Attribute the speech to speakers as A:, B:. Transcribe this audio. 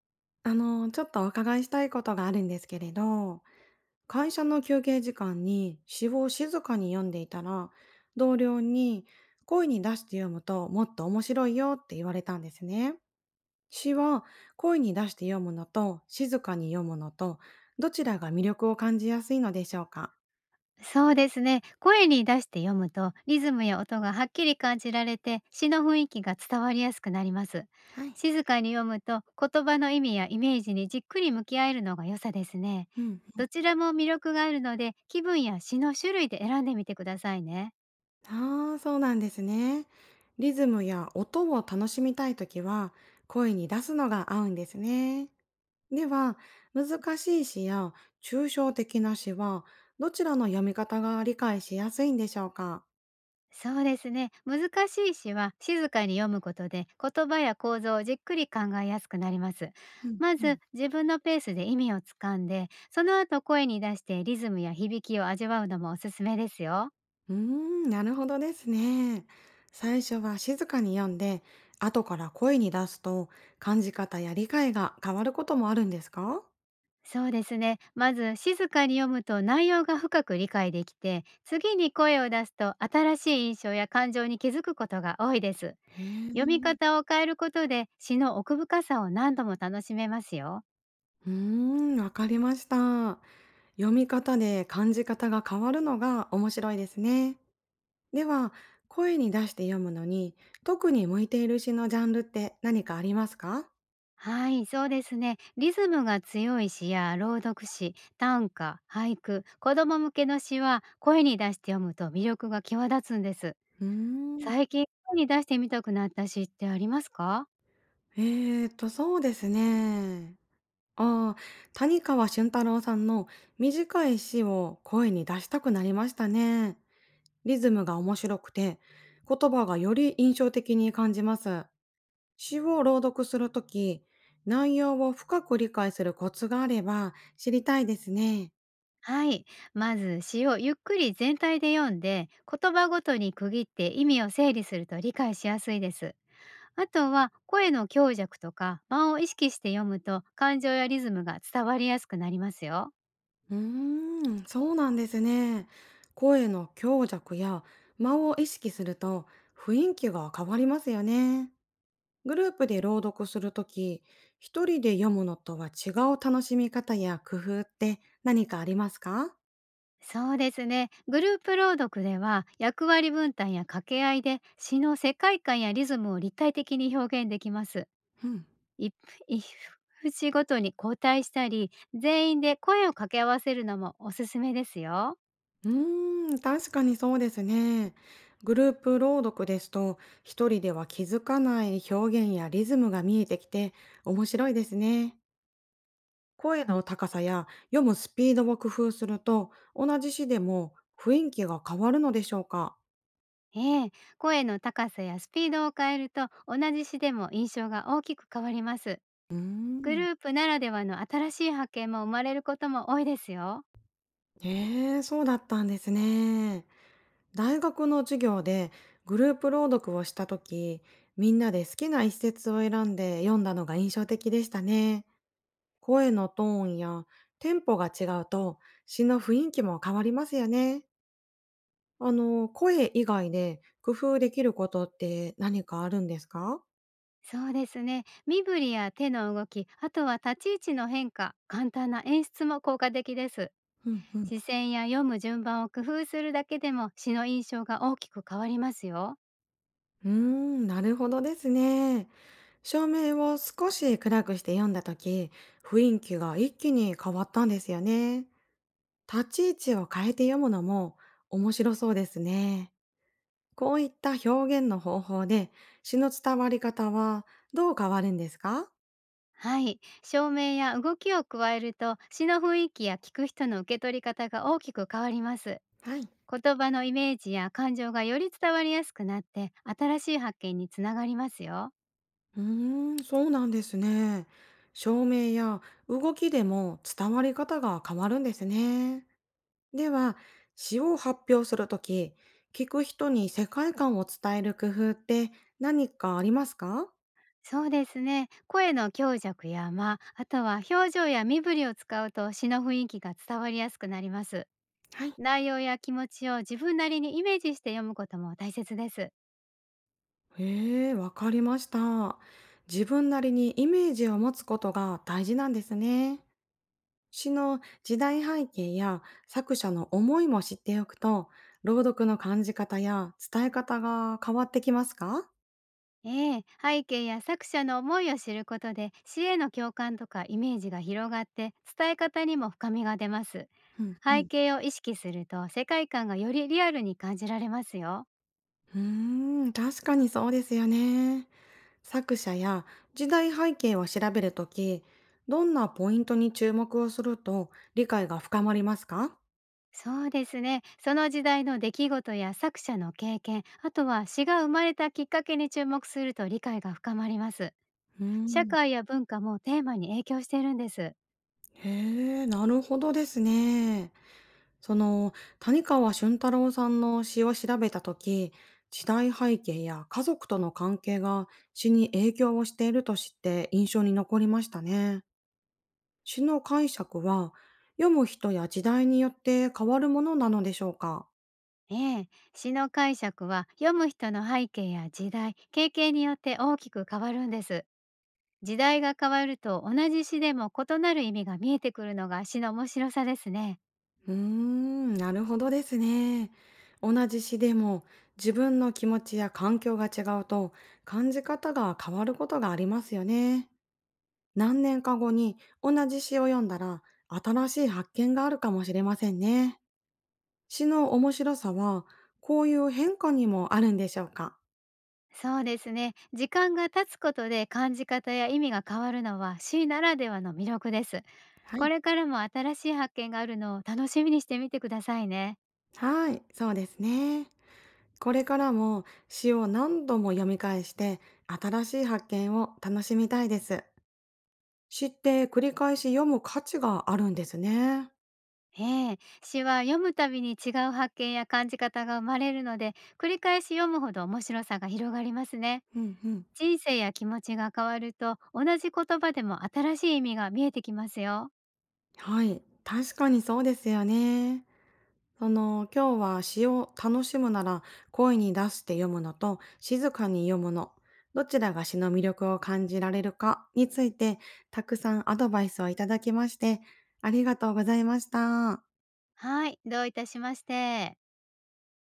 A: あの、ちょっとお伺いしたいことがあるんですけれど、会社の休憩時間に詩を静かに読んでいたら、同僚に声に出して読むともっと面白いよって言われたんですね。詩は声に出して読むのと静かに読むのと、どちらが魅力を感じやすいのでしょうか？
B: そうですね。声に出して読むとリズムや音がはっきり感じられて、詩の雰囲気が伝わりやすくなります。
A: はい。
B: 静かに読むと、言葉の意味やイメージにじっくり向き合えるのが良さですね。
A: うん。
B: どちらも魅力があるので、気分や詩の種類で選んでみてくださいね。
A: ああ、そうなんですね。リズムや音を楽しみたいときは、声に出すのが合うんですね。では、難しい詩や抽象的な詩は、どちらの読み方が理解しやすいんでしょうか？
B: そうですね。難しい詩は静かに読むことで、言葉や構造をじっくり考えやすくなります。
A: うん
B: ま
A: うん、
B: ず自分のペースで意味をつかんで、その後声に出してリズムや響きを味わうのもおすすめですよ。
A: うーん、なるほどですね。最初は静かに読んで、後から声に出すと、感じ方や理解が変わることもあるんですか？
B: そうですね。まず静かに読むと内容が深く理解できて、次に声を出すと新しい印象や感情に気づくことが多いです。
A: へ
B: 読み
A: え。
B: 方を変えることで、詩の奥深さを何度も楽しめますよ。
A: うーん、わかりました。読み方で感じ方が変わるのが面白いですね。では、声に出して読むのに特に向いている詩のジャンルって何かありますか？
B: はい、そうですね。リズムが強い詩や朗読詩、短歌、俳句、子供向けの詩は、声に出して読むと魅力が際立つんです。
A: うーん。
B: 最近、声に出してみたくなった詩ってありますか？
A: そうですね。ああ、谷川俊太郎さんの短い詩を声に出したくなりましたね。リズムが面白くて、言葉がより印象的に感じます。詩を朗読するとき、内容を深く理解するコツがあれば知りたいですね。
B: はい、まず詩をゆっくり全体で読んで、言葉ごとに区切って意味を整理すると理解しやすいです。あとは声の強弱とか間を意識して読むと、感情やリズムが伝わりやすくなりますよ。
A: うーん、そうなんですね。声の強弱や間を意識すると雰囲気が変わりますよね。グループで朗読するとき、一人で読むのとは違う楽しみ方や工夫って何かありますか？
B: そうですね。グループ朗読では、役割分担や掛け合いで詩の世界観やリズムを立体的に表現できます。
A: うん。
B: 一一節ごとに交代したり、全員で声を掛け合わせるのもおすすめですよ。
A: うーん、確かにそうですね。グループ朗読ですと、一人では気づかない表現やリズムが見えてきて面白いですね。声の高さや読むスピードを工夫すると、同じ詩でも雰囲気が変わるのでしょうか？
B: ええ、声の高さやスピードを変えると、同じ詩でも印象が大きく変わります。
A: うー
B: グル
A: ん。
B: ープならではの新しい発見も生まれることも多いですよ。
A: へえ、そうだったんですね。大学の授業でグループ朗読をしたとき、みんなで好きな一節を選んで読んだのが印象的でしたね。声のトーンやテンポが違うと詩の雰囲気も変わりますよね。あの、声以外で工夫できることって何かあるんですか？
B: そうですね。身振りや手の動き、あとは立ち位置の変化、簡単な演出も効果的です。
A: うんうん。
B: 視線や読む順番を工夫するだけでも、詩の印象が大きく変わりますよ。
A: うーん、なるほどですね。照明を少し暗くして読んだ時、雰囲気が一気に変わったんですよね。立ち位置を変えて読むのも面白そうですね。こういった表現の方法で詩の伝わり方はどう変わるんですか？
B: はい。照明や動きを加えると、詩の雰囲気や聞く人の受け取り方が大きく変わります。
A: はい。
B: 言葉のイメージや感情がより伝わりやすくなって、新しい発見につながりますよ。
A: うーん、そうなんですね。照明や動きでも伝わり方が変わるんですね。では、詩を発表するとき、聞く人に世界観を伝える工夫って何かありますか？
B: そうですね。声の強弱や間、あとは表情や身振りを使うと、詩の雰囲気が伝わりやすくなります。
A: はい。
B: 内容や気持ちを自分なりにイメージして読むことも大切です。
A: へえ、わかりました。自分なりにイメージを持つことが大事なんですね。詩の時代背景や作者の思いも知っておくと、朗読の感じ方や伝え方が変わってきますか？
B: ええ、背景や作者の思いを知ることで、詩への共感とかイメージが広がって、伝え方にも深みが出ます。
A: うんう
B: 背
A: ん。
B: 景を意識すると、世界観がよりリアルに感じられますよ。
A: うーん、確かにそうですよね。作者や時代背景を調べるとき、どんなポイントに注目をすると理解が深まりますか？
B: そうですね。その時代の出来事や作者の経験、あとは詩が生まれたきっかけに注目すると理解が深まります。
A: うー
B: 社
A: ん。
B: 会や文化もテーマに影響しているんです。
A: へえ、なるほどですね。その、谷川俊太郎さんの詩を調べたとき、時代背景や家族との関係が詩に影響をしていると知って印象に残りましたね。詩の解釈は読む人や時代によって変わるものなのでしょうか？
B: ええ、詩の解釈は読む人の背景や時代、経験によって大きく変わるんです。時代が変わると、同じ詩でも異なる意味が見えてくるのが詩の面白さですね。
A: うーん、なるほどですね。同じ詩でも自分の気持ちや環境が違うと感じ方が変わることがありますよね。何年か後に同じ詩を読んだら新しい発見があるかもしれませんね。詩の面白さはこういう変化にもあるんでしょうか？
B: そうですね。時間が経つことで感じ方や意味が変わるのは、詩ならではの魅力です。
A: は
B: こ
A: い。
B: れからも新しい発見があるのを楽しみにしてみてくださいね。
A: はい、そうですね。これからも詩を何度も読み返して新しい発見を楽しみたいです。詩って繰り返し読む価値があるんですね。
B: ええ、詩は読むたびに違う発見や感じ方が生まれるので、繰り返し読むほど面白さが広がりますね。
A: うんうん。
B: 人生や気持ちが変わると、同じ言葉でも新しい意味が見えてきますよ。
A: はい。確かにそうですよね。その、今日は詩を楽しむなら声に出して読むのと静かに読むの、どちらが詩の魅力を感じられるかについてたくさんアドバイスをいただきましてありがとうございました。
B: はい、どういたしまして。